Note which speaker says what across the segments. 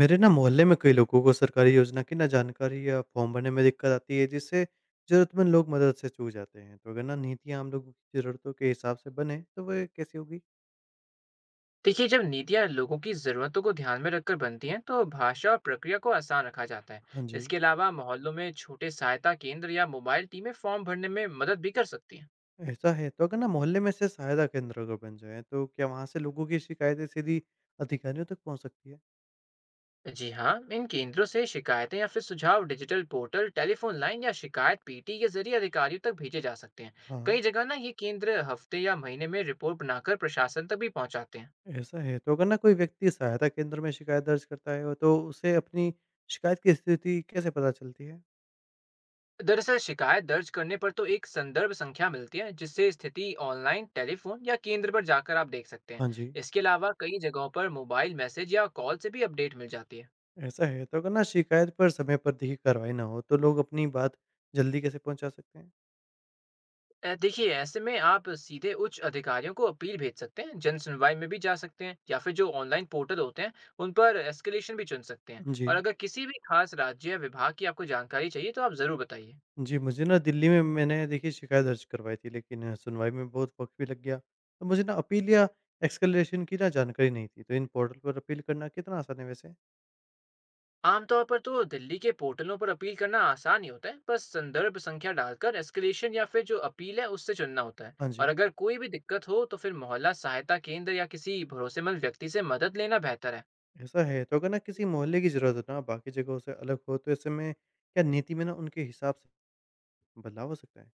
Speaker 1: मेरे ना मोहल्ले में कई लोगों को सरकारी योजना की ना जानकारी या फॉर्म भरने में दिक्कत आती है जिससे जरूरतमंद लोग मदद से चूक जाते हैं। तो अगर ना नीतियाँ आम लोगों की जरूरतों के हिसाब से बने तो वह कैसी होगी।
Speaker 2: देखिए, जब नीतियाँ लोगों की ज़रूरतों को ध्यान में रखकर बनती हैं तो भाषा और प्रक्रिया को आसान रखा जाता है।
Speaker 1: हाँ जी।
Speaker 2: इसके अलावा मोहल्लों में छोटे सहायता केंद्र या मोबाइल टीमें फॉर्म भरने में मदद भी कर सकती हैं।
Speaker 1: ऐसा है, तो अगर ना मोहल्ले में से सहायता केंद्र अगर बन जाए तो क्या वहाँ से लोगों की शिकायतें सीधी अधिकारियों तक पहुँच सकती है।
Speaker 2: जी हाँ, इन केंद्रों से शिकायतें या फिर सुझाव डिजिटल पोर्टल, टेलीफोन लाइन या शिकायत पीटी के जरिए अधिकारियों तक भेजे जा सकते हैं।
Speaker 1: हाँ।
Speaker 2: कई जगह ना ये केंद्र हफ्ते या महीने में रिपोर्ट बनाकर प्रशासन तक भी पहुंचाते हैं।
Speaker 1: ऐसा है, तो अगर ना कोई व्यक्ति सहायता केंद्र में शिकायत दर्ज करता है तो उसे अपनी शिकायत की स्थिति कैसे पता चलती है।
Speaker 2: दरअसल शिकायत दर्ज करने पर तो एक संदर्भ संख्या मिलती है, जिससे स्थिति ऑनलाइन, टेलीफोन या केंद्र पर जाकर आप देख सकते हैं।
Speaker 1: हाँ जी।
Speaker 2: इसके अलावा कई जगहों पर मोबाइल मैसेज या कॉल से भी अपडेट मिल जाती है।
Speaker 1: ऐसा है, तो अगर ना शिकायत पर समय पर देखिए कार्रवाई ना हो, तो लोग अपनी बात जल्दी कैसे पहुँचा सकते हैं?
Speaker 2: देखिए, ऐसे में आप सीधे उच्च अधिकारियों को अपील भेज सकते हैं, जन सुनवाई में भी जा सकते हैं या फिर जो ऑनलाइन पोर्टल होते हैं उन पर एस्केलेशन भी चुन सकते हैं। और
Speaker 1: जी।
Speaker 2: अगर किसी भी खास राज्य या विभाग की आपको जानकारी चाहिए तो आप ज़रूर बताइए।
Speaker 1: जी, मुझे ना दिल्ली में मैंने देखिए शिकायत दर्ज करवाई थी, लेकिन सुनवाई में बहुत वक़्त भी लग गया। तो मुझे ना अपील या एस्केलेशन की ना जानकारी नहीं थी, तो इन पोर्टल पर अपील करना कितना आसान है वैसे?
Speaker 2: आमतौर पर तो दिल्ली के पोर्टलों पर अपील करना आसान ही होता है। बस संदर्भ संख्या डालकर एस्केलेशन या फिर जो अपील है उससे चुनना होता है।
Speaker 1: हाँ
Speaker 2: और
Speaker 1: जी।
Speaker 2: अगर कोई भी दिक्कत हो तो फिर मोहल्ला सहायता केंद्र या किसी भरोसेमंद व्यक्ति से मदद लेना बेहतर है।
Speaker 1: ऐसा है, तो अगर ना किसी मोहल्ले की ज़रूरत हो ना बाकी जगहों से अलग हो, तो ऐसे में क्या नीति में ना उनके हिसाब से बदलाव हो सकता है?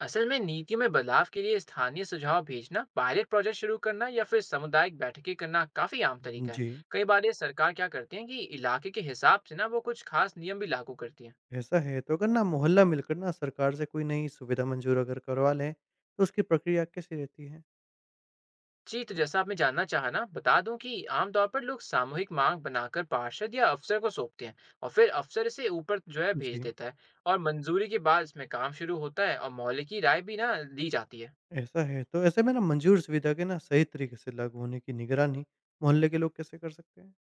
Speaker 2: असल में नीतियों में बदलाव के लिए स्थानीय सुझाव भेजना, पायलट प्रोजेक्ट शुरू करना या फिर सामुदायिक बैठकें करना काफी आम तरीका है।
Speaker 1: जी।
Speaker 2: कई बार ये सरकार क्या करती है कि इलाके के हिसाब से ना वो कुछ खास नियम भी लागू करती है।
Speaker 1: ऐसा है, तो अगर ना मोहल्ला मिलकर ना सरकार से कोई नई सुविधा मंजूर अगर करवा लें, तो उसकी प्रक्रिया कैसी रहती है?
Speaker 2: जी, तो जैसा आपने जानना चाहा ना, बता दूँ कि आमतौर पर लोग सामूहिक मांग बनाकर पार्षद या अफसर को सौंपते हैं और फिर अफसर इसे ऊपर जो है भेज
Speaker 1: जी।
Speaker 2: देता है। और मंजूरी के बाद इसमें काम शुरू होता है और मोहल्ले की राय भी ना ली जाती है।
Speaker 1: ऐसा है, तो ऐसे में ना मंजूर सुविधा के ना सही तरीके से लागू होने की निगरानी मोहल्ले के लोग कैसे कर सकते हैं?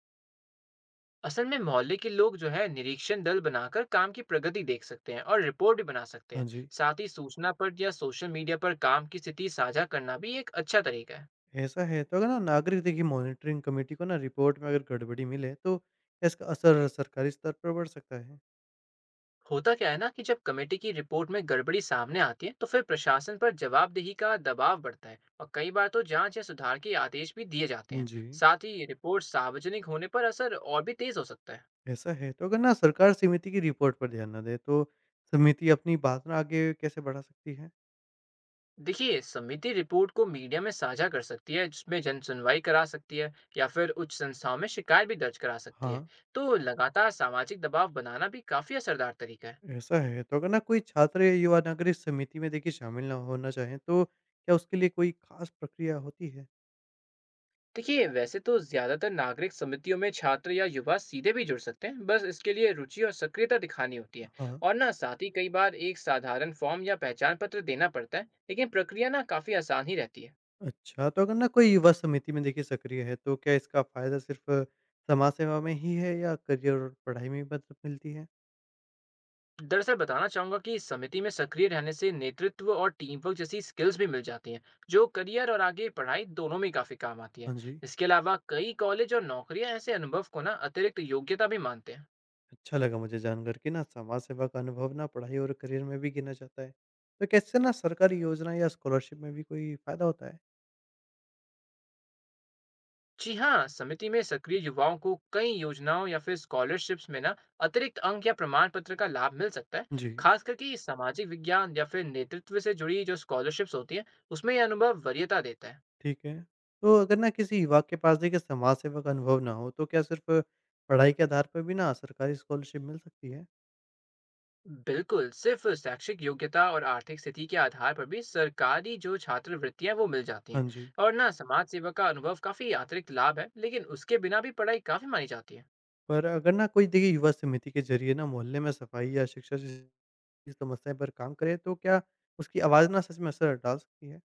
Speaker 2: असल में मोहल्ले के लोग जो है निरीक्षण दल बनाकर काम की प्रगति देख सकते हैं और रिपोर्ट भी बना सकते
Speaker 1: हाँ
Speaker 2: हैं।
Speaker 1: जी।
Speaker 2: साथ ही सूचना पर या सोशल मीडिया पर काम की स्थिति साझा करना भी एक अच्छा तरीका है।
Speaker 1: ऐसा है, तो अगर ना नागरिक देखिए मॉनिटरिंग कमेटी को ना रिपोर्ट में अगर गड़बड़ी मिले, तो क्या इसका असर सरकारी स्तर पर बढ़ सकता है।
Speaker 2: होता क्या है ना कि जब कमेटी की रिपोर्ट में गड़बड़ी सामने आती है तो फिर प्रशासन पर जवाबदेही का दबाव बढ़ता है और कई बार तो जांच या सुधार के आदेश भी दिए जाते हैं।
Speaker 1: जी।
Speaker 2: साथ ही रिपोर्ट सार्वजनिक होने पर असर और भी तेज हो सकता है।
Speaker 1: ऐसा है, तो अगर ना सरकार समिति की रिपोर्ट पर ध्यान ना दे, तो समिति अपनी बात ना आगे कैसे बढ़ा सकती है?
Speaker 2: देखिए, समिति रिपोर्ट को मीडिया में साझा कर सकती है, जिसमें जन सुनवाई करा सकती है या फिर उच्च संस्थाओं में शिकायत भी दर्ज करा सकती है।
Speaker 1: हाँ।
Speaker 2: तो लगातार सामाजिक दबाव बनाना भी काफी असरदार तरीका है।
Speaker 1: ऐसा है, तो अगर ना कोई छात्र या युवा नागरिक समिति में देखिए शामिल ना होना चाहें तो क्या उसके लिए कोई खास प्रक्रिया होती है?
Speaker 2: देखिए, वैसे तो ज्यादातर नागरिक समितियों में छात्र या युवा सीधे भी जुड़ सकते हैं, बस इसके लिए रुचि और सक्रियता दिखानी होती है।
Speaker 1: हाँ।
Speaker 2: और ना साथ ही कई बार एक साधारण फॉर्म या पहचान पत्र देना पड़ता है, लेकिन प्रक्रिया ना काफी आसान ही रहती है।
Speaker 1: अच्छा, तो अगर ना कोई युवा समिति में देखिए सक्रिय है तो क्या इसका फ़ायदा सिर्फ़ समाज सेवा में ही है या करियर और पढ़ाई में भी मदद मिलती है?
Speaker 2: दरअसल बताना चाहूंगा कि इस समिति में सक्रिय रहने से नेतृत्व और टीम वर्क जैसी स्किल्स भी मिल जाती हैं, जो करियर और आगे पढ़ाई दोनों में काफी काम आती है।
Speaker 1: हाँ जी।
Speaker 2: इसके अलावा कई कॉलेज और नौकरियां ऐसे अनुभव को ना अतिरिक्त योग्यता भी मानते हैं।
Speaker 1: अच्छा लगा मुझे जानकर कि ना समाज सेवा का अनुभव ना पढ़ाई और करियर में भी गिना जाता है। तो कैसे ना सरकारी योजना या स्कॉलरशिप में भी कोई फ़ायदा होता है?
Speaker 2: जी हाँ, समिति में सक्रिय युवाओं को कई योजनाओं या फिर स्कॉलरशिप्स में ना अतिरिक्त अंक या प्रमाण पत्र का लाभ मिल सकता है।
Speaker 1: जी।
Speaker 2: खास करके सामाजिक विज्ञान या फिर नेतृत्व से जुड़ी जो स्कॉलरशिप्स होती है, उसमें यह अनुभव वरीयता देता है।
Speaker 1: ठीक है। तो अगर ना किसी युवा के पास देखिए समाज सेवा का अनुभव ना हो, तो क्या सिर्फ़ पढ़ाई के आधार पर भी ना सरकारी स्कॉलरशिप मिल सकती है?
Speaker 2: बिल्कुल, सिर्फ शैक्षिक योग्यता और आर्थिक स्थिति के आधार पर भी सरकारी जो छात्रवृत्तियां हैं, वो मिल जाती हैं।
Speaker 1: हाँ जी।
Speaker 2: और ना समाज सेवा का अनुभव काफी अतिरिक्त लाभ है, लेकिन उसके बिना भी पढ़ाई काफी मानी जाती है।
Speaker 1: पर अगर ना कोई देखिए युवा समिति के ज़रिए ना मोहल्ले में सफाई या शिक्षा जैसी समस्याएँ पर काम करे, तो क्या उसकी आवाज़ ना सच में असर डाल सकती है?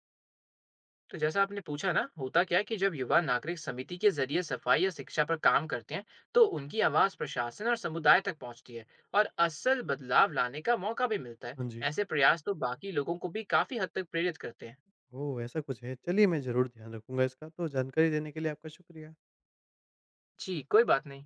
Speaker 2: तो जैसा आपने पूछा ना, होता क्या है कि जब युवा नागरिक समिति के जरिए सफाई या शिक्षा पर काम करते हैं तो उनकी आवाज़ प्रशासन और समुदाय तक पहुंचती है और असल बदलाव लाने का मौका भी मिलता है।
Speaker 1: हाँ जी।
Speaker 2: ऐसे प्रयास तो बाकी लोगों को भी काफी हद तक प्रेरित करते हैं।
Speaker 1: ओह! ऐसा कुछ है। चलिए मैं ज़रूर ध्यान रखूँगा इसका। तो जानकारी देने के लिए आपका शुक्रिया।
Speaker 2: जी कोई बात नहीं।